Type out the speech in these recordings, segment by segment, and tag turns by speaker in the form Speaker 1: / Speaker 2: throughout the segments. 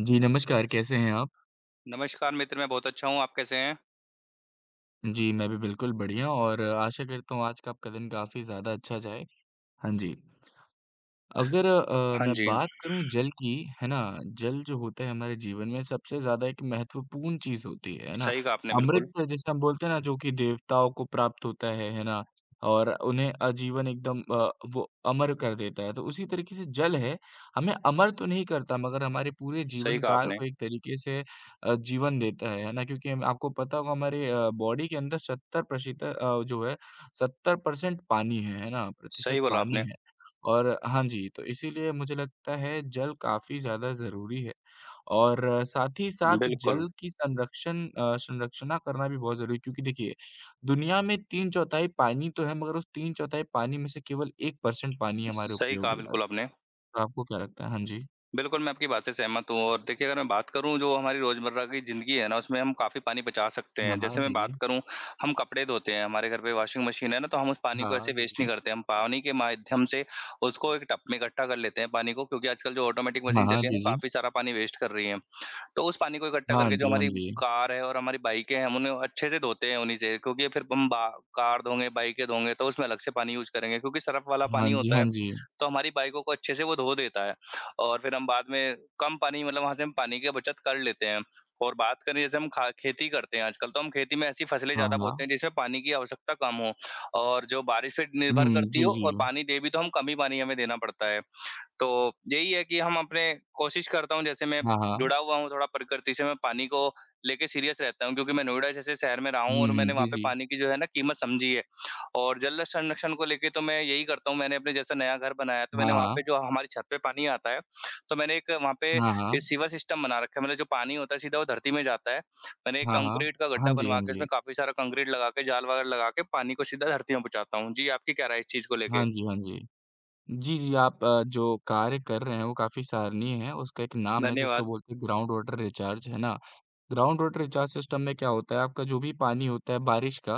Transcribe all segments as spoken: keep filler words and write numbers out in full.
Speaker 1: जी, नमस्कार कैसे हैं आप?
Speaker 2: नमस्कार मित्र, मैं बहुत अच्छा हूँ, आप कैसे हैं?
Speaker 1: जी, मैं भी बिल्कुल बढ़िया और आशा करता हूँ आज का आपका दिन काफ़ी ज़्यादा अच्छा जाए। हाँ जी। अगर अ,
Speaker 2: हाँ
Speaker 1: मैं
Speaker 2: जी,
Speaker 1: बात करूँ जल की, है ना? जल जो होता है हमारे जीवन में सबसे ज़्यादा एक महत्वपूर्ण चीज़ होती है, है ना?
Speaker 2: सही कहा आपने बिल्कुल,
Speaker 1: अमृत जैसे हम बोलते हैं ना जो कि देवताओं को प्राप्त होता है, है ना? और उन्हें आजीवन एकदम अ, वो अमर कर देता है। तो उसी तरीके से जल है, हमें अमर तो नहीं करता मगर हमारे पूरे जीवन
Speaker 2: सही कहा
Speaker 1: काल
Speaker 2: आपने,
Speaker 1: को एक तरीके से अ, जीवन देता है, है ना? क्योंकि हम आपको पता होगा हमारे अ, बॉडी के अंदर सत्तर प्रतिशत अ, जो है सत्तर प्रतिशत पानी है, है ना? प्रतिशत
Speaker 2: सही बोला
Speaker 1: पानी
Speaker 2: आपने।
Speaker 1: है। और हाँ जी, तो इसीलिए मुझे लगता है जल काफ़ी ज़्यादा ज़रूरी है और अ, साथ ही साथ
Speaker 2: बिल्कुल,
Speaker 1: जल की संरक्षण अ, संरक्षणा करना भी बहुत ज़रूरी है क्योंकि देखिए, दुनिया में तीन बटा चार पानी तो है मगर उस तीन बटा चार पानी में से केवल एक प्रतिशत पानी हमारे
Speaker 2: सही
Speaker 1: उपयोग
Speaker 2: कहा
Speaker 1: लायक।
Speaker 2: बिल्कुल आपने।
Speaker 1: तो आपको क्या लगता है? हाँ जी।
Speaker 2: बिल्कुल, मैं आपकी बात से सहमत हूँ और देखिए अगर मैं बात करूँ जो हमारी रोज़मर्रा की ज़िंदगी है ना, उसमें हम काफ़ी पानी बचा सकते
Speaker 1: हाँ,
Speaker 2: हैं।
Speaker 1: हाँ,
Speaker 2: जैसे मैं
Speaker 1: जी,
Speaker 2: बात
Speaker 1: जी।
Speaker 2: करूँ, हम कपड़े धोते हैं, हमारे घर पे वॉशिंग मशीन है ना, तो हम उस पानी को
Speaker 1: हाँ,
Speaker 2: ऐसे
Speaker 1: जी,
Speaker 2: वेस्ट
Speaker 1: जी।
Speaker 2: नहीं करते, हम पानी के माध्यम से उसको एक टब में इकट्ठा कर लेते हैं पानी को क्योंकि आजकल जो ऑटोमेटिक
Speaker 1: हाँ,
Speaker 2: मशीन
Speaker 1: हाँ,
Speaker 2: चली है
Speaker 1: जी,
Speaker 2: ना,
Speaker 1: जी।
Speaker 2: काफ़ी सारा पानी वेस्ट कर रही है। तो उस पानी को इकट्ठा
Speaker 1: हाँ
Speaker 2: करके जो
Speaker 1: जी, हाँ
Speaker 2: हमारी
Speaker 1: जी।
Speaker 2: कार है और हमारी बाइकें हैं, हम उन्हें अच्छे से धोते हैं उन्हीं से क्योंकि फिर हम बा कार धोंगे, बाइकें धोंगे तो उसमें अलग से पानी यूज़ करेंगे क्योंकि सरफ़ वाला
Speaker 1: हाँ
Speaker 2: पानी
Speaker 1: जी,
Speaker 2: होता
Speaker 1: हाँ
Speaker 2: है,
Speaker 1: जी।
Speaker 2: तो हमारी बाइकों को अच्छे से वो धो देता है और फिर हम बाद में कम पानी मतलब वहाँ से हम पानी की बचत कर लेते हैं। और बात करें जैसे हम खा खेती करते हैं आजकल, तो हम खेती में ऐसी फसलें
Speaker 1: हाँ,
Speaker 2: ज़्यादा बोते
Speaker 1: हाँ।
Speaker 2: हैं जिसमें पानी की आवश्यकता कम हो और जो बारिश पे
Speaker 1: हुँ,
Speaker 2: निर्भर करती
Speaker 1: जी,
Speaker 2: हो
Speaker 1: जी।
Speaker 2: और पानी दे भी तो हम कम ही पानी हमें देना पड़ता है। तो यही है कि हम अपने कोशिश करता हूँ जैसे मैं
Speaker 1: हाँ, हाँ।
Speaker 2: जुड़ा हुआ हूँ थोड़ा प्रकृति से, मैं पानी को लेके सीरियस रहता हूँ क्योंकि मैं नोएडा जैसे शहर में रहा हूँ
Speaker 1: हुँ,
Speaker 2: और
Speaker 1: हुँ,
Speaker 2: मैंने वहाँ
Speaker 1: जी,
Speaker 2: पे
Speaker 1: जी।
Speaker 2: पानी की जो है ना कीमत समझी है। और जल संरक्षण को लेके तो मैं यही करता हूँ, मैंने अपने जैसे नया घर बनाया है, तो
Speaker 1: हाँ,
Speaker 2: मैंने वहाँ
Speaker 1: हाँ।
Speaker 2: पे जो हमारी छत पे पानी आता है, तो मैंने एक वहाँ पे
Speaker 1: हाँ,
Speaker 2: एक
Speaker 1: हाँ।
Speaker 2: सीवर सिस्टम बना रखा है। मतलब जो पानी होता है सीधा वो धरती में जाता है। मैंने एक
Speaker 1: हाँ, हाँ।
Speaker 2: कंक्रीट का गड्ढा
Speaker 1: हाँ जी,
Speaker 2: बनवा
Speaker 1: हाँ
Speaker 2: के
Speaker 1: जी।
Speaker 2: उसमें काफ़ी सारा कंक्रीट लगा के, जाल वगैरह लगा के पानी को सीधा धरती में पहुँचाता हूँ। जी, आपकी क्या राय है इस चीज़ को
Speaker 1: हाँ
Speaker 2: लेके?
Speaker 1: जी, हाँ जी। जी, जी, आप अ, जो कार्य कर रहे हैं वो काफ़ी सराहनीय है, उसका एक नाम है जिसको
Speaker 2: धन्यवाद।
Speaker 1: बोलते हैं ग्राउंड वाटर रिचार्ज, है ना? ग्राउंड वाटर रिचार्ज सिस्टम में क्या होता है, आपका जो भी पानी होता है बारिश का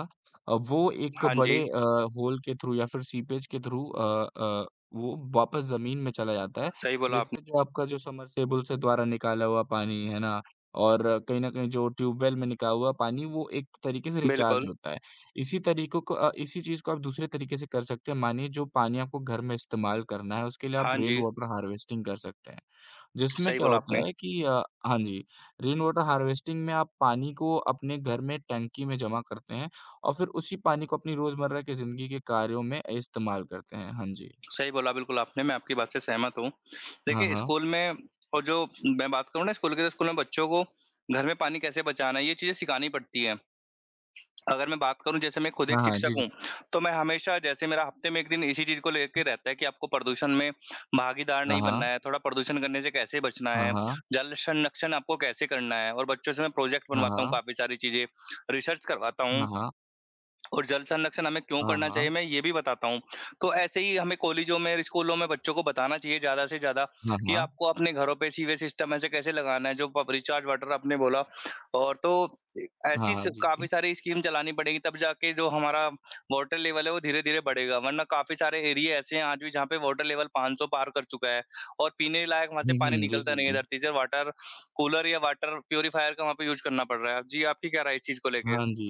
Speaker 1: अ, वो एक
Speaker 2: हाँ
Speaker 1: बड़े
Speaker 2: जी,
Speaker 1: अ, होल के थ्रू या फिर सीपेज के थ्रू अ अ, वो वापस ज़मीन में चला जाता है,
Speaker 2: सही बोला
Speaker 1: जिससे
Speaker 2: आपने।
Speaker 1: जो आपका जो समरसेबुल से द्वारा निकाला हुआ पानी है ना, और कहीं न कहीं जो ट्यूबवेल में निकाला हुआ पानी वो एक तरीके से रिचार्ज
Speaker 2: बिल्कुल।
Speaker 1: होता है। इसी तरीकों को अ, इसी चीज़ को आप दूसरे तरीके से कर सकते हैं, मानिए जो पानी आपको घर में इस्तेमाल करना है, उसके लिए आप
Speaker 2: हाँ
Speaker 1: रेन
Speaker 2: जी,
Speaker 1: वाटर हार्वेस्टिंग कर सकते हैं। जिसमें
Speaker 2: सही
Speaker 1: क्या
Speaker 2: बोला आपने।
Speaker 1: होता है कि अ, हाँ जी, रेन वाटर हार्वेस्टिंग में आप पानी को अपने घर में टंकी में जमा करते हैं और फिर उसी पानी को अपनी रोज़मर्रा की ज़िंदगी के कार्यों में इस्तेमाल करते हैं। हाँ जी।
Speaker 2: सही बोला बिल्कुल आपने, मैं आपकी बात से सहमत हूँ।
Speaker 1: हाँ,
Speaker 2: देखिए
Speaker 1: हाँ।
Speaker 2: स्कूल में और जो मैं बात करूँ ना स्कूल के, तो स्कूल में बच्चों को घर में पानी कैसे बचाना है, ये चीज़ें सिखानी पड़ती हैं। अगर मैं बात करूँ जैसे मैं खुद
Speaker 1: हाँ,
Speaker 2: एक
Speaker 1: हाँ।
Speaker 2: शिक्षक
Speaker 1: जी, जी।
Speaker 2: हूँ, तो मैं हमेशा जैसे मेरा हफ्ते में एक दिन इसी चीज़ को लेके रहता है कि आपको प्रदूषण में भागीदार
Speaker 1: हाँ,
Speaker 2: नहीं बनना
Speaker 1: हाँ।
Speaker 2: है, थोड़ा प्रदूषण करने से कैसे बचना
Speaker 1: हाँ,
Speaker 2: है,
Speaker 1: हाँ।
Speaker 2: जल संरक्षण आपको कैसे करना है और बच्चों से मैं प्रोजेक्ट
Speaker 1: हाँ,
Speaker 2: बनवाता हूँ
Speaker 1: हाँ।
Speaker 2: काफ़ी सारी चीज़ें, रिसर्च करवाता
Speaker 1: हाँ,
Speaker 2: हूँ।
Speaker 1: हाँ।
Speaker 2: और जल संरक्षण हमें क्यों
Speaker 1: हाँ,
Speaker 2: करना चाहिए,
Speaker 1: हाँ।
Speaker 2: मैं ये भी बताता हूँ। तो ऐसे ही हमें कॉलेजों में, स्कूलों में बच्चों को बताना चाहिए ज़्यादा से ज़्यादा
Speaker 1: हाँ,
Speaker 2: कि
Speaker 1: हाँ।
Speaker 2: आपको अपने घरों पे सीवेज सिस्टम ऐसे कैसे लगाना है, जो बब रिचार्ज वाटर आपने बोला और तो ए
Speaker 1: हाँ,
Speaker 2: ऐसी
Speaker 1: हाँ।
Speaker 2: स
Speaker 1: जी,
Speaker 2: काफ़ी
Speaker 1: जी।
Speaker 2: सारी स्कीम चलानी पड़ेगी, तब जाके जो हमारा वाटर लेवल है, वो धीरे-धीरे बढ़ेगा, वरना काफ़ी सारे एरिया ऐसे हैं आज भी जहाँ पे वाटर लेवल पाँच सौ पार कर चुका है और पीने लायक वहाँ से
Speaker 1: हुँ,
Speaker 2: पानी
Speaker 1: हुँ। जी,
Speaker 2: निकलता नहीं है
Speaker 1: जी।
Speaker 2: धरती से, वाटर कूलर या वाटर प्यूरीफायर का वहाँ पे यूज़ करना पड़ रहा है। जी, आपकी क्या राय है इस चीज़ को लेके?
Speaker 1: हाँ जी।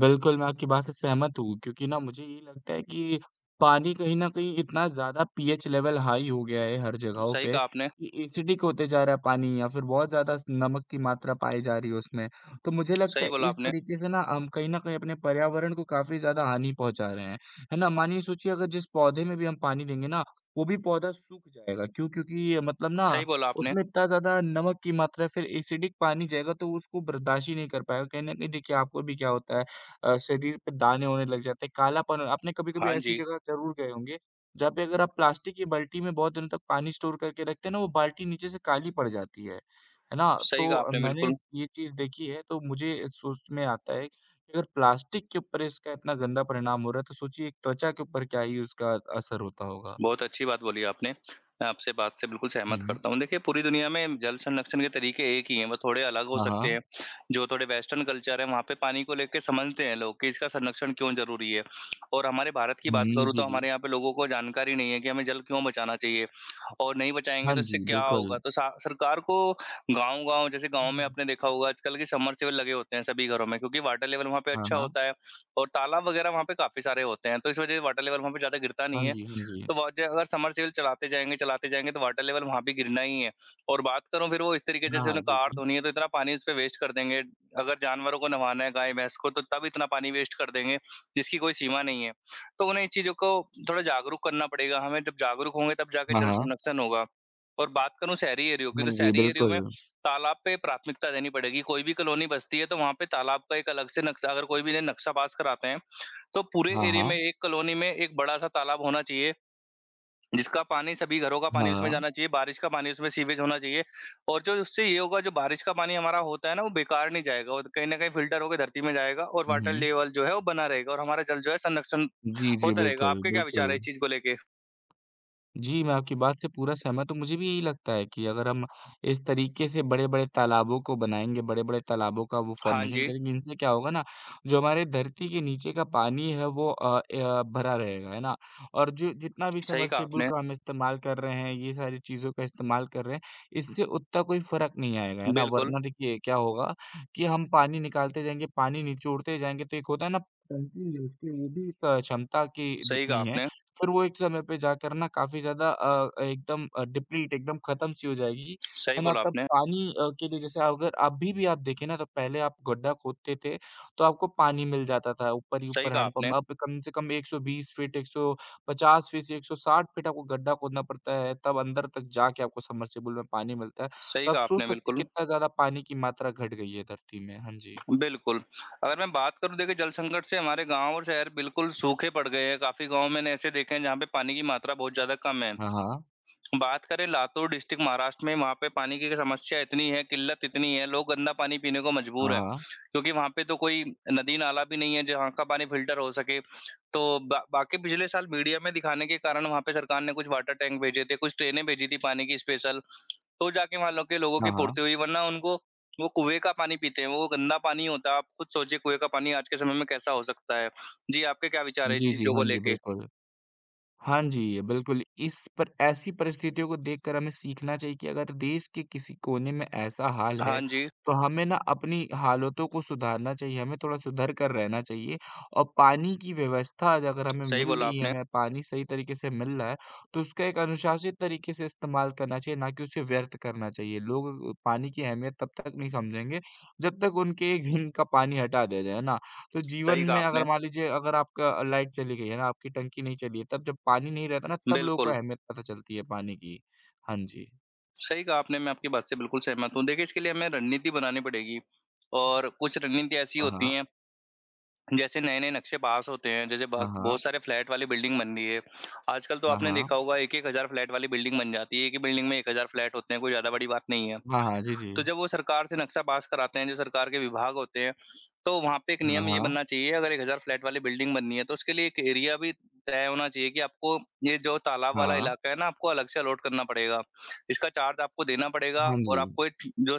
Speaker 1: बिल्कुल, मैं आपकी बात से सहमत हूँ क्योंकि ना मुझे ये लगता है कि पानी कहीं न कहीं इतना ज़्यादा पीएच लेवल हाई हो गया है हर जगहों
Speaker 2: सही
Speaker 1: पे
Speaker 2: कहा आपने।
Speaker 1: कि एसिडिक होते जा रहा है पानी या फिर बहुत ज़्यादा स नमक की मात्रा पाई जा रही है उसमें। तो मुझे लगता
Speaker 2: सही
Speaker 1: है
Speaker 2: बोला
Speaker 1: इस
Speaker 2: आपने
Speaker 1: तरीके से ना हम कहीं न कहीं अपने पर्यावरण को काफ़ी ज़्यादा हानि पहुँचा रहे हैं। है ना? मानिए सोचिए अगर जिस पौधे में भी हम पानी देंगे ना, वो भी पौधा सूख जाएगा। क्यों? क्योंकि ये मतलब ना
Speaker 2: सही बोला आपने।
Speaker 1: उसमें इतना ज़्यादा नमक की मात्रा है, फिर एसिडिक पानी जाएगा तो उसको बर्दाश्त ही नहीं कर पाएगा। कहीं न कहीं देखिए आपको भी क्या होता है अ, शरीर पे दाने होने लग जाते हैं, कालापन आपने कभी-कभी
Speaker 2: हाँ
Speaker 1: ऐसी
Speaker 2: जी,
Speaker 1: जगह ज़रूर गए होंगे, जहाँ पे अगर आप प्लास्टिक की बाल्टी में बहुत दिनों तक पानी स्टोर करके रखते हैं ना, वो बाल्टी नीचे से काली पड़ जाती है, है ना?
Speaker 2: सही
Speaker 1: तो
Speaker 2: कहा
Speaker 1: अ,
Speaker 2: आपने
Speaker 1: मैंने
Speaker 2: बिल्कुल।
Speaker 1: ये चीज़ देखी है, तो मुझे सोच में आता है कि अगर प्लास्टिक के ऊपर इसका इतना गंदा परिणाम हो रहा है, तो सोचिए एक त्वचा के ऊपर क्या ही उसका असर होता होगा।
Speaker 2: बहुत अच्छी बात बोली आपने। मैं आपसे बात से बिल्कुल
Speaker 1: हुँ,
Speaker 2: सहमत
Speaker 1: हुँ।
Speaker 2: करता हूँ। देखिए, पूरी दुनिया में जल संरक्षण के तरीके एक ही हैं, वो थोड़े अलग हो
Speaker 1: हाँ,
Speaker 2: सकते
Speaker 1: हाँ।
Speaker 2: हैं। जो थोड़े वेस्टर्न कल्चर है, वहाँ पे पानी को लेके समझते हैं लोग कि इसका संरक्षण क्यों ज़रूरी है। और हमारे भारत की बात
Speaker 1: हुँ,
Speaker 2: करूँ
Speaker 1: जी,
Speaker 2: तो
Speaker 1: जी।
Speaker 2: हमारे यहाँ पे लोगों को जानकारी नहीं है कि हमें जल क्यों बचाना चाहिए और नहीं बचाएँगे
Speaker 1: हाँ
Speaker 2: तो इससे
Speaker 1: जी,
Speaker 2: क्या
Speaker 1: बिल्कुल।
Speaker 2: होगा। तो सा सरकार को गाँव-गाँव जैसे गाँव में
Speaker 1: हम्म।
Speaker 2: आपने देखा होगा आजकल के सबमर्सिबल लगे होते हैं सभी घरों में क्योंकि वाटर लेवल वहाँ पे
Speaker 1: हाँ,
Speaker 2: अच्छा
Speaker 1: हाँ।
Speaker 2: होता है और तालाब वगैरह वहाँ पे काफ़ी सारे होते हैं। तो इस वजह से वाटर लेवल वहाँ पे ज़्यादा गिरता
Speaker 1: हाँ
Speaker 2: नहीं है।
Speaker 1: जी, हाँ जी।
Speaker 2: तो वा ज अगर समरसेबल चलाते जाएँगे, चलाते जाएँगे तो वाटर लेवल वहाँ भी गिरना ही है। और बात करूँ फिर वो इस तरीके
Speaker 1: हाँ,
Speaker 2: जैसे
Speaker 1: हाँ।
Speaker 2: उन्हें
Speaker 1: जी,
Speaker 2: कार
Speaker 1: जी।
Speaker 2: धोनी है तो इतना पानी उसपे वेस्ट कर देंगे। अगर जानवरों को नहवाना है गाय, भैंस को तो तब इतना पानी वेस्ट कर देंगे, जिसकी कोई सीमा नहीं है। तो उन्हें इन चीज़ों को थोड़ा जागरूक करना पड़ेगा हमें, जब जागरूक होंगे तब जाके
Speaker 1: हाँ,
Speaker 2: जल
Speaker 1: हाँ।
Speaker 2: संरक्षण होगा। और बात करूँ शहरी एरियो की, तो
Speaker 1: हाँ जी,
Speaker 2: शहरी एरियो में
Speaker 1: बिल्कुल।
Speaker 2: तालाब पे प्राथमिकता देनी पड़ेगी। कोई भी कॉलोनी बसती है तो वहाँ पे तालाब का एक अलग से नक्शा अगर कोई भी इन्हें नक्शा पास कराते हैं, तो पूरे
Speaker 1: हाँ,
Speaker 2: एरिया में
Speaker 1: हाँ।
Speaker 2: एक कॉलोनी में एक बड़ा-सा तालाब होना चाहिए। जिसका पानी सभी घरों का पानी उसमें
Speaker 1: हाँ।
Speaker 2: जाना चाहिए, बारिश का पानी उसमें सीवेज होना चाहिए और जो उससे ये होगा जो बारिश का पानी हमारा होता है ना, वो बेकार नहीं जाएगा और कहीं न कहीं फ़िल्टर होके धरती में जाएगा और
Speaker 1: हुँ,
Speaker 2: वाटर
Speaker 1: हुँ।
Speaker 2: लेवल जो है वो बना रहेगा और हमारा जल जो है संरक्षण
Speaker 1: जी, जी,
Speaker 2: होता रहेगा।
Speaker 1: बिल्कुल,
Speaker 2: आपके क्या विचार है
Speaker 1: बिल्कुल।
Speaker 2: इस चीज़ को लेके?
Speaker 1: जी, मैं आपकी बात से पूरा सहमत हूँ। मुझे भी यही लगता है कि अगर हम इस तरीके से बड़े-बड़े तालाबों को बनाएँगे, बड़े-बड़े तालाबों का वो
Speaker 2: हाँ
Speaker 1: फ़ॉर्मेशन
Speaker 2: जी,
Speaker 1: करेंगे, इनसे क्या होगा ना, जो हमारे धरती के नीचे का पानी है वो अ, य भरा रहेगा, है ना? और जो जितना भी
Speaker 2: सही कहा
Speaker 1: सबमर्सिबल
Speaker 2: आपने।
Speaker 1: का हम इस्तेमाल कर रहे हैं, ये सारी चीज़ों का इस्तेमाल कर रहे हैं, इससे उतना कोई फ़र्क नहीं आएगा, है ना?
Speaker 2: बिल्कुल,
Speaker 1: वरना देखिए क्या होगा कि हम पानी निकालते जाएँगे, पानी निचोड़ते जाएँगे, तो एक होता है ना टंकी उसकी वो भी एक अ, क्षमता की
Speaker 2: सही कहा
Speaker 1: जितनी है,
Speaker 2: आपने।
Speaker 1: फिर वो एक समय पे जाकर ना काफ़ी ज़्यादा अ, एकदम अ, डिप्लीट एकदम खत्म सी हो जाएगी,
Speaker 2: सही
Speaker 1: है ना?
Speaker 2: बोला
Speaker 1: तब
Speaker 2: आपने।
Speaker 1: पानी अ, के लिए जैसे अगर अभी भी आप देखें ना तो पहले आप गड्ढा खोदते थे, तो आपको पानी मिल जाता था ऊपर ही
Speaker 2: सही
Speaker 1: ऊपर
Speaker 2: कहा आपने।
Speaker 1: हैंडपंप अब कम से कम एक सौ बीस फीट, एक सौ पचास फीट से एक सौ साठ फीट आपको गड्ढा खोदना पड़ता है, तब अंदर तक जाके आपको सबमर्सिबल में पानी मिलता है।
Speaker 2: सही
Speaker 1: तो आप
Speaker 2: कहा
Speaker 1: सोच
Speaker 2: आपने
Speaker 1: सकते हैं
Speaker 2: बिल्कुल,
Speaker 1: कितना ज़्यादा पानी की मात्रा घट गई है धरती में। हाँ जी।
Speaker 2: बिल्कुल। अगर मैं बात करूँ देखिए जल संकट से हमारे गाँव और शहर बिल्कुल सूखे पड़ गए हैं। काफ़ी गाँव मैंने ऐसे देखे हैं जहाँ पे पानी की मात्रा बहुत ज़्यादा कम है।
Speaker 1: हाँ, हाँ।
Speaker 2: बात करें लातूर डिस्ट्रिक्ट महाराष्ट्र में, वहाँ पे पानी की समस्या इतनी है, किल्लत इतनी है, लोग गंदा पानी पीने को
Speaker 1: हाँ,
Speaker 2: मजबूर हैं।
Speaker 1: हाँ।
Speaker 2: क्योंकि वहाँ पे तो कोई नदी-नाला भी नहीं है जहाँ का पानी फ़िल्टर हो सके। तो बा बाकी पिछले साल मीडिया में दिखाने के कारण वहाँ पे सरकार ने कुछ वाटर टैंक भेजे थे, कुछ ट्रेनें भेजी थी पानी की स्पेशल, तो जाके वहाँ लोग के लोगों
Speaker 1: हाँ,
Speaker 2: की
Speaker 1: हाँ।
Speaker 2: पूर्ति हुई, वरना उनको वो कुएँ का पानी पीते हैं, वो गंदा पानी होता है। आप खुद सोचिए कुएँ का पानी आज के समय में कैसा हो सकता है? जी, आपके क्या विचार हैं इस
Speaker 1: जी, जी।
Speaker 2: चीज़ों
Speaker 1: हाँ
Speaker 2: को
Speaker 1: जी,
Speaker 2: लेके?
Speaker 1: बिल्कुल। हाँ जी, बिल्कुल। इस पर ऐसी परिस्थितियों को देखकर हमें सीखना चाहिए कि अगर देश के किसी कोने में ऐसा हाल है,
Speaker 2: हाँ जी,
Speaker 1: तो हमें ना अपनी हालतों को सुधारना चाहिए, हमें थोड़ा सुधर कर रहना चाहिए और पानी की व्यवस्था ज अगर हमें
Speaker 2: सही
Speaker 1: मिल
Speaker 2: बोला
Speaker 1: रही है,
Speaker 2: आपने,
Speaker 1: हमें पानी सही तरीके से मिल रहा है, तो उसका एक अनुशासित तरीके से इस्तेमाल करना चाहिए, ना कि उसे व्यर्थ करना चाहिए। लोग पानी की अहमियत तब तक नहीं समझेंगे, जब तक उनके एक हिन का पानी हटा दिया जाए, है ना? तो जीवन
Speaker 2: सही कहा
Speaker 1: में अगर
Speaker 2: आपने,
Speaker 1: मान लीजिए अगर आपका लाइट चली गई है ना, आपकी टंकी नहीं चली है, तब जब पानी नहीं रहता ना, तब लोगों को
Speaker 2: बिल्कुल।
Speaker 1: अहमियत पता चलती है पानी की। हाँ जी।
Speaker 2: सही कहा आपने, मैं आपकी बात से बिल्कुल सहमत हूँ। देखिए, इसके लिए हमें रणनीति बनानी पड़ेगी और कुछ रणनीति ऐसी
Speaker 1: हाँ, हाँ।
Speaker 2: होती हैं, जैसे नए-नए नक्शे पास होते हैं, जैसे
Speaker 1: हाँ,
Speaker 2: ब
Speaker 1: हाँ।
Speaker 2: बहुत सारे फ्लैट वाली बिल्डिंग बन रही है। आजकल तो
Speaker 1: हाँ,
Speaker 2: आपने
Speaker 1: हाँ।
Speaker 2: देखा होगा एक एक हज़ार फ्लैट वाली बिल्डिंग बन जाती है। एक ही बिल्डिंग में एक हज़ार फ्लैट होते हैं, कोई ज़्यादा बड़ी बात नहीं है।
Speaker 1: हाँ, हाँ। जी, जी।
Speaker 2: तो जब वो सरकार से नक्शा पास कराते हैं, जो सरकार के विभाग होते हैं, तो वहाँ पे एक
Speaker 1: हाँ,
Speaker 2: नियम ये
Speaker 1: हाँ।
Speaker 2: बनना चाहिए अगर एक हज़ार फ्लैट वाली बिल्डिंग बननी है, तो उसके लिए एक एरिया भी तय होना चाहिए कि आपको ये जो तालाब
Speaker 1: हाँ,
Speaker 2: वाला
Speaker 1: हाँ।
Speaker 2: इलाका है ना, आपको अलग से अलॉट करना पड़ेगा। इसका चार्ज आपको देना पड़ेगा
Speaker 1: हाँ
Speaker 2: और
Speaker 1: जी।
Speaker 2: आपको एक जो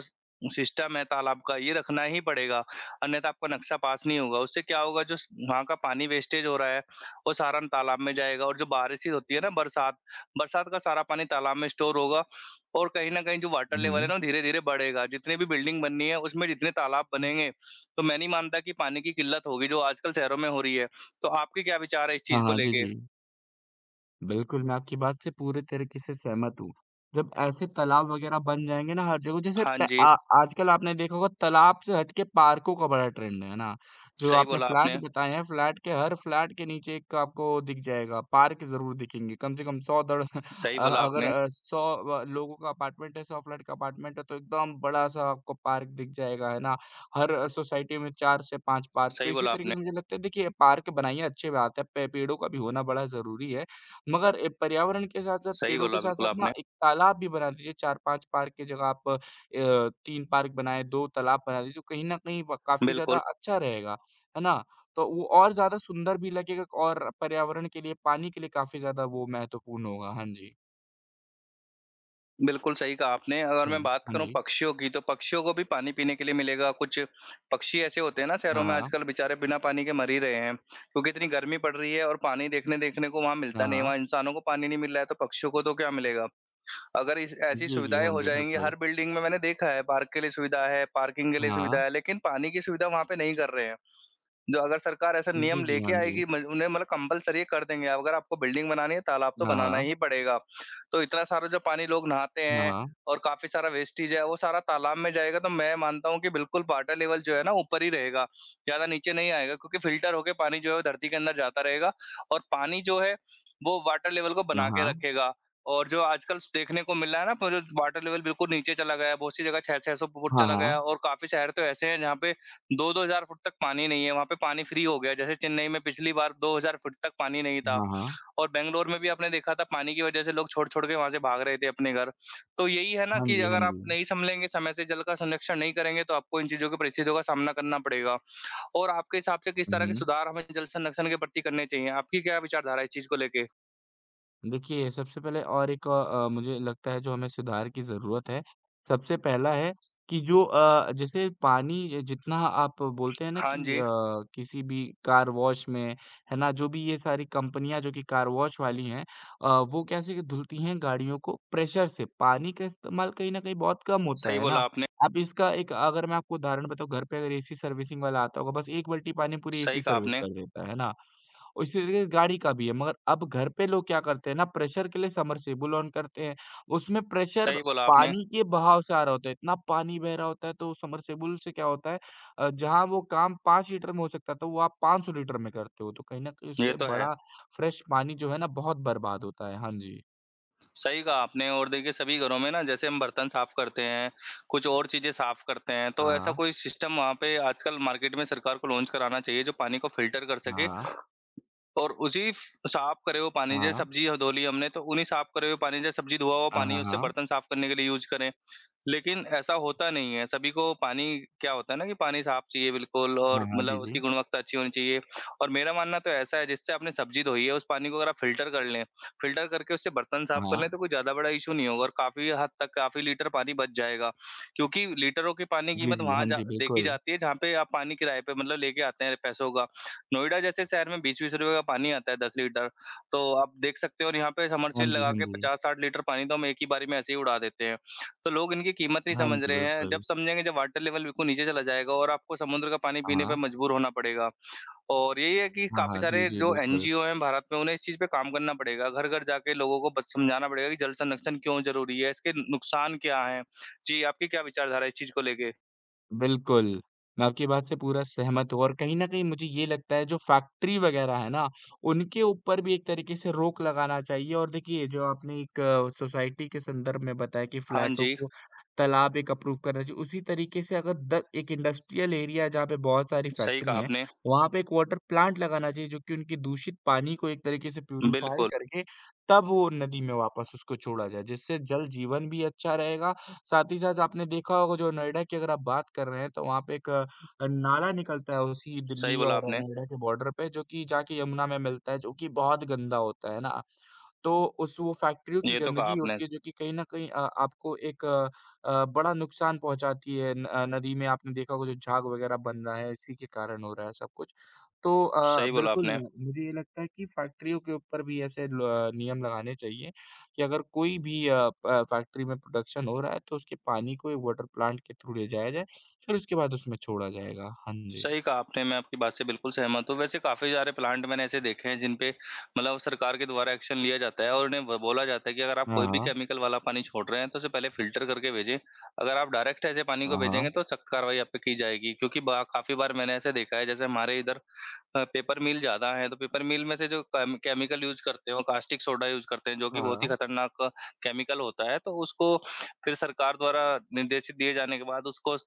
Speaker 2: सिस्टम है तालाब का ये रखना ही पड़ेगा, अन्यथा आपका नक्शा पास नहीं होगा। उससे क्या होगा जो स वहाँ का पानी वेस्टेज हो रहा है, वो सारा तालाब में जाएगा और जो बारिश ही होती है ना बरसात, बरसात का सारा पानी तालाब में स्टोर होगा और कहीं न कहीं जो वाटर
Speaker 1: हुँ,
Speaker 2: लेवल है
Speaker 1: हुँ।
Speaker 2: ना, वो धीरे-धीरे बढ़ेगा। जितनी भी बिल्डिंग बननी है, उसमें जितने तालाब बनेंगे, तो मैं नहीं मानता कि पानी की किल्लत होगी, जो आजकल शहरों में हो रही है। तो आपके क्या विचार है इस
Speaker 1: हाँ,
Speaker 2: चीज़ को
Speaker 1: हाँ। जी,
Speaker 2: लेके?
Speaker 1: जी। बिल्कुल, मैं आपकी बात से पूरे तरीके से सहमत हूँ। जब ऐसे तालाब वग़ैरह बन जाएँगे ना हर जगह जैसे
Speaker 2: हाँ
Speaker 1: प
Speaker 2: जी,
Speaker 1: आ आजकल आपने देखा होगा तालाब से हट के पार्कों का बड़ा ट्रेंड है, है ना? जो
Speaker 2: सही
Speaker 1: आपने
Speaker 2: बोला
Speaker 1: फ्लैट
Speaker 2: आपने,
Speaker 1: बताए हैं, फ्लैट के हर फ्लैट के नीचे एक आपको दिख जाएगा, पार्क ज़रूर दिखेंगे, कम से कम सौ दड़
Speaker 2: सही
Speaker 1: अ,
Speaker 2: बोला
Speaker 1: अगर
Speaker 2: आपने,
Speaker 1: अ, सौ व लोगों का अपार्टमेंट है, सौ फ्लैट का अपार्टमेंट है, तो एकदम बड़ा-सा आपको पार्क दिख जाएगा, है ना? हर सोसाइटी में चार से पाँच पार्क, तो
Speaker 2: सही
Speaker 1: इसी
Speaker 2: बोला
Speaker 1: तरीके
Speaker 2: आपने,
Speaker 1: से मुझे लगता है देखिए, पार्क बनाइए अच्छी बात है, पे पेड़ों का भी होना बड़ा ज़रूरी है। मगर ए, पर्यावरण के साथ-साथ
Speaker 2: सही
Speaker 1: पेड़ों के
Speaker 2: बोला बिल्कुल
Speaker 1: साथ-साथ ना
Speaker 2: आपने।
Speaker 1: एक तालाब भी बना दीजिए चार पाँच पार्क की जगह आप अ, तीन पार्क बनाएँ, दो तालाब बना दीजिए, जो कहीं न कहीं व काफ़ी ज़्यादा
Speaker 2: बिल्कुल।
Speaker 1: अच्छा रहेगा, है ना? तो वो और ज़्यादा सुंदर भी लगेगा और पर्यावरण के लिए, पानी के लिए काफ़ी ज़्यादा वो महत्वपूर्ण होगा। हाँ जी,
Speaker 2: बिल्कुल सही कहा आपने। अगर
Speaker 1: हाँ
Speaker 2: मैं
Speaker 1: जी,
Speaker 2: बात
Speaker 1: हाँ
Speaker 2: करूँ
Speaker 1: जी।
Speaker 2: पक्षियों की तो पक्षियों को भी पानी पीने के लिए मिलेगा। कुछ पक्षी ऐसे होते हैं ना
Speaker 1: हाँ,
Speaker 2: शहरों में
Speaker 1: हाँ,
Speaker 2: आजकल बेचारे बिना पानी के मर ही रहे हैं क्योंकि इतनी गर्मी पड़ रही है और पानी देखने देखने को वहाँ
Speaker 1: हाँ,
Speaker 2: मिलता नहीं है।
Speaker 1: हाँ।
Speaker 2: वहाँ इंसानों को पानी नहीं मिल रहा है तो पक्षियों को तो क्या मिलेगा? अगर इस ऐसी
Speaker 1: जी, जी,
Speaker 2: सुविधाएँ
Speaker 1: हाँ
Speaker 2: हो
Speaker 1: जी,
Speaker 2: जाएँगी
Speaker 1: बिल्कुल।
Speaker 2: हर बिल्डिंग में। मैंने देखा है पार्क के लिए सुविधा है, पार्किंग के लिए सुविधा
Speaker 1: हाँ।
Speaker 2: है, लेकिन पानी की सुविधा वहाँ पे नहीं कर रहे हैं। जो अगर सरकार ऐसा
Speaker 1: जी,
Speaker 2: नियम
Speaker 1: जी,
Speaker 2: लेके
Speaker 1: हाँ जी।
Speaker 2: आएगी म उन्हें, मतलब, कंपल्सरी कर देंगे, अगर आपको बिल्डिंग बनानी है तालाब तो
Speaker 1: हाँ,
Speaker 2: बनाना
Speaker 1: हाँ,
Speaker 2: ही पड़ेगा। तो इतना सारा जो पानी लोग नहाते हैं
Speaker 1: हाँ,
Speaker 2: और काफ़ी सारा वेस्टेज है, वो सारा तालाब में जाएगा, तो मैं मानता हूँ कि बिल्कुल वाटर लेवल जो है ना, ऊपर ही रहेगा, ज़्यादा नीचे नहीं आएगा, क्योंकि फ़िल्टर होके पानी जो है वो धरती के अंदर जाता रहेगा और पानी जो है वो वाटर लेवल को
Speaker 1: हाँ,
Speaker 2: बना के
Speaker 1: हाँ,
Speaker 2: रखेगा। और जो आजकल देखने को मिल रहा है ना, प वाटर लेवल बिल्कुल नीचे चला गया है, बहुत सी जगह छह सौ छह सौ फुट
Speaker 1: हाँ,
Speaker 2: चला गया
Speaker 1: हाँ,
Speaker 2: है, और काफ़ी शहर तो ऐसे हैं जहाँ पे दो-दो हज़ार फुट तक पानी नहीं है, वहाँ पे पानी फ्री हो गया है। जैसे चेन्नई में पिछली बार दो हज़ार फुट तक पानी नहीं था,
Speaker 1: हाँ, हाँ,
Speaker 2: और बैंगलोर में भी आपने देखा था पानी की वजह से लोग छोड़-छोड़ के वहाँ से भाग रहे थे अपने घर। तो यही है ना,
Speaker 1: हाँ
Speaker 2: कि
Speaker 1: जी, हाँ
Speaker 2: अगर आप
Speaker 1: जी।
Speaker 2: नहीं सँभलेंगे, समय से जल का संरक्षण नहीं करेंगे, तो आपको इन चीज़ों की परिस्थितियों का सामना करना पड़ेगा। और आपके हिसाब से किस
Speaker 1: हुँ,
Speaker 2: तरह के
Speaker 1: हुँ।
Speaker 2: सुधार हमें जल संरक्षण के प्रति करने चाहिए? आपकी क्या विचारधारा है इस चीज़ को लेके?
Speaker 1: देखिए, सबसे पहले और एक अ, मुझे लगता है जो हमें सुधार की ज़रूरत है, सबसे पहला है कि जो अ, जैसे पानी जितना आप बोलते हैं ना
Speaker 2: हाँ
Speaker 1: कि
Speaker 2: जी,
Speaker 1: अ, किसी भी कार वॉश में, है ना? जो भी ये सारी कंपनियाँ जो कि कार वॉश वाली हैं अ, वो कैसे धुलती हैं गाड़ियों को प्रेशर से, पानी का इस्तेमाल कहीं न कहीं बहुत कम होता
Speaker 2: सही
Speaker 1: है ना?
Speaker 2: बोला आपने,
Speaker 1: अब इसका एक अगर मैं आपको उदाहरण बताऊँ घर पे अगर एसी सर्विसिंग वाला आता होगा, बस एक बाल्टी पानी पूरी एसी
Speaker 2: सही कहा
Speaker 1: सर्विस
Speaker 2: आपने,
Speaker 1: कर देता है, है ना? उसी तरीके से गाड़ी का भी है, मगर अब घर पे लोग क्या करते हैं ना प्रेशर के लिए सबमर्सिबल ऑन करते हैं। उसमें प्रेशर
Speaker 2: सही बोला आपने।
Speaker 1: पानी के बहाव से आ रहा होता है, इतना पानी बह रहा होता है तो सबमर्सिबल से क्या होता है अ, जहाँ वो काम पाँच लीटर में हो सकता था वो आप पाँच सौ लीटर में करते हो, तो कहीं न कहीं
Speaker 2: ये
Speaker 1: उससे
Speaker 2: तो है।
Speaker 1: बड़ा फ्रेश पानी जो है ना बहुत बर्बाद होता है। हाँ जी।
Speaker 2: सही कहा आपने। और देखिए, सभी घरों में ना, जैसे हम बर्तन साफ करते हैं, कुछ और चीज़ें साफ करते हैं, तो ऐसा
Speaker 1: हाँ,
Speaker 2: कोई सिस्टम वहाँ पे आजकल मार्केट में सरकार को लॉन्च कराना चाहिए जो पानी को फ़िल्टर कर सके,
Speaker 1: हाँ।
Speaker 2: और उसी फ साफ करे हुए पानी,
Speaker 1: हाँ,
Speaker 2: जैसे
Speaker 1: हाँ।
Speaker 2: सब्ज़ी धो ली हमने, तो उन्हीं साफ करे हुए पानी, जैसे सब्ज़ी धुआ हुआ
Speaker 1: हाँ, हाँ।
Speaker 2: पानी,
Speaker 1: हाँ, हाँ,
Speaker 2: उससे
Speaker 1: हाँ।
Speaker 2: बर्तन साफ करने के लिए यूज़ करें। लेकिन ऐसा होता नहीं है, सभी को पानी क्या होता है ना, कि पानी साफ चाहिए बिल्कुल, और
Speaker 1: हाँ, हाँ। जी,
Speaker 2: मतलब, उसकी
Speaker 1: जी।
Speaker 2: गुणवत्ता अच्छी होनी चाहिए। और मेरा मानना तो ऐसा है, जिससे आपने सब्ज़ी धोई है, उस पानी को अगर आप फ़िल्टर कर लें, फ़िल्टर करके उससे बर्तन
Speaker 1: हाँ,
Speaker 2: साफ कर लें,
Speaker 1: हाँ।
Speaker 2: तो कोई ज़्यादा बड़ा इश्यू नहीं होगा, और काफ़ी हद तक काफ़ी लीटर पानी बच जाएगा। क्योंकि लीटरों के पानी की
Speaker 1: जी,
Speaker 2: कीमत
Speaker 1: जी।
Speaker 2: वहाँ
Speaker 1: हाँ
Speaker 2: जा
Speaker 1: जी,
Speaker 2: देखी
Speaker 1: बिल्कुल।
Speaker 2: जाती है जहाँ पे आप पानी किराए पे, मतलब, लेके आते हैं पैसों का। नोएडा जैसे शहर में ₹बीस बीस रुपए का पानी आता है दस लीटर, तो आप देख सकते हो, और यहाँ पे
Speaker 1: हाँ
Speaker 2: समरसील
Speaker 1: जी,
Speaker 2: लगा
Speaker 1: हाँ
Speaker 2: के
Speaker 1: जी।
Speaker 2: पचास साठ लीटर पानी तो हम एक ही बारी में ऐसे ही उड़ा देते हैं। तो लोग इनकी कीमत नहीं
Speaker 1: हाँ
Speaker 2: समझ
Speaker 1: जी,
Speaker 2: रहे हैं। जब
Speaker 1: बिल्कुल।
Speaker 2: समझेंगे, जब वाटर लेवल बिल्कुल नीचे चला जाएगा और आपको समुद्र का पानी
Speaker 1: हाँ,
Speaker 2: पीने पे
Speaker 1: हाँ।
Speaker 2: मजबूर होना पड़ेगा। और यही है कि
Speaker 1: हाँ,
Speaker 2: काफ़ी
Speaker 1: हाँ। जी,
Speaker 2: सारे
Speaker 1: जी,
Speaker 2: जो
Speaker 1: बिल्कुल।
Speaker 2: एनजीओ हैं भारत में, उन्हें इस चीज़ पे काम करना पड़ेगा। घर-घर जाके लोगों को बस समझाना पड़ेगा कि जल संरक्षण क्यों ज़रूरी है, इसके नुकसान क्या हैं? जी, आपकी क्या विचारधारा है इस चीज़ को लेके?
Speaker 1: बिल्कुल, मैं आपकी बात से पूरा सहमत हूँ और कहीं न कहीं मुझे ये लगता है जो फैक्ट्री वग़ैरह है ना, उनके ऊपर भी एक तरीके से रोक लगाना चाहिए और देखिए जो आपने एक सोसाइटी के संदर्भ में बताया कि
Speaker 2: हाँ
Speaker 1: फ्लैटों
Speaker 2: जी,
Speaker 1: को तालाब एक अप्रूव करना चाहिए, उसी तरीके से अगर द एक इंडस्ट्रियल एरिया है जहाँ पे बहुत सारी
Speaker 2: सही
Speaker 1: फैक्ट्री
Speaker 2: कहा
Speaker 1: हैं,
Speaker 2: आपने।
Speaker 1: वहाँ पे एक वाटर प्लांट लगाना चाहिए जो कि उनकी दूषित पानी को एक तरीके से प्यूरिफ़ाई
Speaker 2: बिल्कुल,
Speaker 1: करके तब वो नदी में वापस उसको छोड़ा जाए, जिससे जल जीवन भी अच्छा रहेगा, साथ ही साथ आपने देखा होगा जो नोएडा की अगर आप बात कर रहे हैं तो वहाँ पे एक अ, नाला निकलता है उसी
Speaker 2: सही
Speaker 1: दिल्ली
Speaker 2: बोला
Speaker 1: और
Speaker 2: आपने।
Speaker 1: नोएडा के बॉर्डर पे जो कि जाके यमुना में मिलता है जो कि बहुत गंदा होता है ना। तो उस वो फैक्ट्रियों की
Speaker 2: ये तो कहा
Speaker 1: गंदगी
Speaker 2: आपने।
Speaker 1: होती है जो कि कहीं न कहीं अ, आपको एक अ अ, बड़ा नुकसान पहुँचाती है। न अ, नदी में आपने देखा होगा जो झाग वगैरह बन रहा है इसी के कारण हो रहा है सब कुछ। तो अ,
Speaker 2: सही बोला
Speaker 1: बिल्कुल
Speaker 2: आपने।
Speaker 1: अ, मुझे ये लगता है कि फैक्ट्रियों के ऊपर भी ऐसे ल अ, नियम लगाने चाहिए कि अगर कोई भी अ, प फैक्ट्री में प्रोडक्शन हो रहा है तो उसके पानी को एक वाटर प्लांट के थ्रू ले जाया जाए, फिर उसके बाद उसमें छोड़ा जाएगा। हाँ जी।
Speaker 2: सही कहा आपने, मैं आपकी बात से बिल्कुल सहमत हूँ। वैसे काफ़ी सारे प्लांट मैंने ऐसे देखे हैं जिन पे, मतलब, सरकार के द्वारा एक्शन लिया जाता है और उन्हें ब बोला जाता है कि अगर आप
Speaker 1: हाँ,
Speaker 2: कोई भी
Speaker 1: हाँ।
Speaker 2: केमिकल वाला पानी छोड़ रहे हैं तो उसे पहले फ़िल्टर करके भेजें। अगर आप डायरेक्ट ऐसे पानी को
Speaker 1: हाँ,
Speaker 2: भेजेंगे तो सख्त कार्रवाई आप पे की जाएगी। क्योंकि बा काफ़ी बार मैंने ऐसे देखा है, जैसे हमारे इधर अ, पेपर मिल ज़्यादा हैं, तो पेपर मिल में से जो केम केमिकल यूज़ करते हैं और कास्टिक सोडा यूज़ करते हैं, जो कि बहुत ही
Speaker 1: हाँ।
Speaker 2: खतरनाक केमिकल होता है, तो उसको फिर सरकार द्वारा निर्देशित दिए जाने के बाद उसको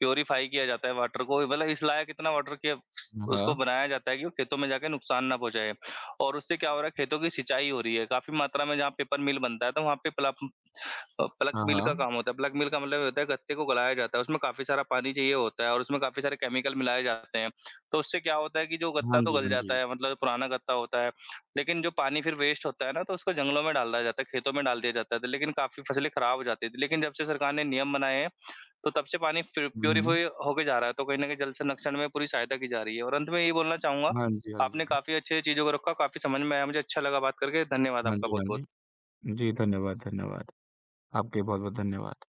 Speaker 2: प्यूरीफाई किया जाता है, वाटर को, मतलब इस लायक इतना वाटर कि
Speaker 1: हाँ,
Speaker 2: उसको
Speaker 1: हाँ।
Speaker 2: बनाया जाता है कि वो खेतों में जाके नुकसान ना पहुँचाए। और उससे क्या हो रहा है, खेतों की सिंचाई हो रही है, काफ़ी मात्रा में। जहाँ पेपर मिल बनता है, तो वहाँ पे प्लप अ, प्लग
Speaker 1: हाँ,
Speaker 2: मिल का
Speaker 1: हाँ।
Speaker 2: काम होता है। प्लग मिल का मतलब ये होता है, गत्ते को गलाया जाता है, उसमें काफ़ी सारा पानी चाहिए होता है और उसमें काफ़ी सारे केमिकल मिलाए जाते हैं। तो उससे क्या होता है कि जो
Speaker 1: हाँ
Speaker 2: गत्ता तो
Speaker 1: जी,
Speaker 2: गल
Speaker 1: हाँ
Speaker 2: जाता
Speaker 1: जी।
Speaker 2: है, मतलब पुराना गत्ता होता है, लेकिन जो पानी फिर वेस्ट होता है ना, तो उसको जंगलों में डाल दिया जाता है, खेतों में डाल दिया जाता है, तो लेकिन काफ़ी फ़सलें खराब हो जाती थी। लेकिन जब से सरकार ने नियम बनाए हैं, तो तब से पानी फिर
Speaker 1: हुँ, हुँ।
Speaker 2: प्यूरीफ़ाई होके जा रहा है, तो कहीं न कहीं जल संरक्षण में पूरी सहायता की जा रही है। और अंत में यही बोलना चाहूँगा,
Speaker 1: हाँ जी, हाँ जी।
Speaker 2: आपने काफ़ी अच्छे चीज़ों को रखा, काफ़ी समझ में आया, मुझे अच्छा लगा बात करके। धन्यवाद
Speaker 1: हाँ
Speaker 2: आपका
Speaker 1: जी, हाँ जी।
Speaker 2: बहुत-बहुत।
Speaker 1: जी, धन्यवाद, धन्यवाद। आपके बहुत-बहुत धन्यवाद।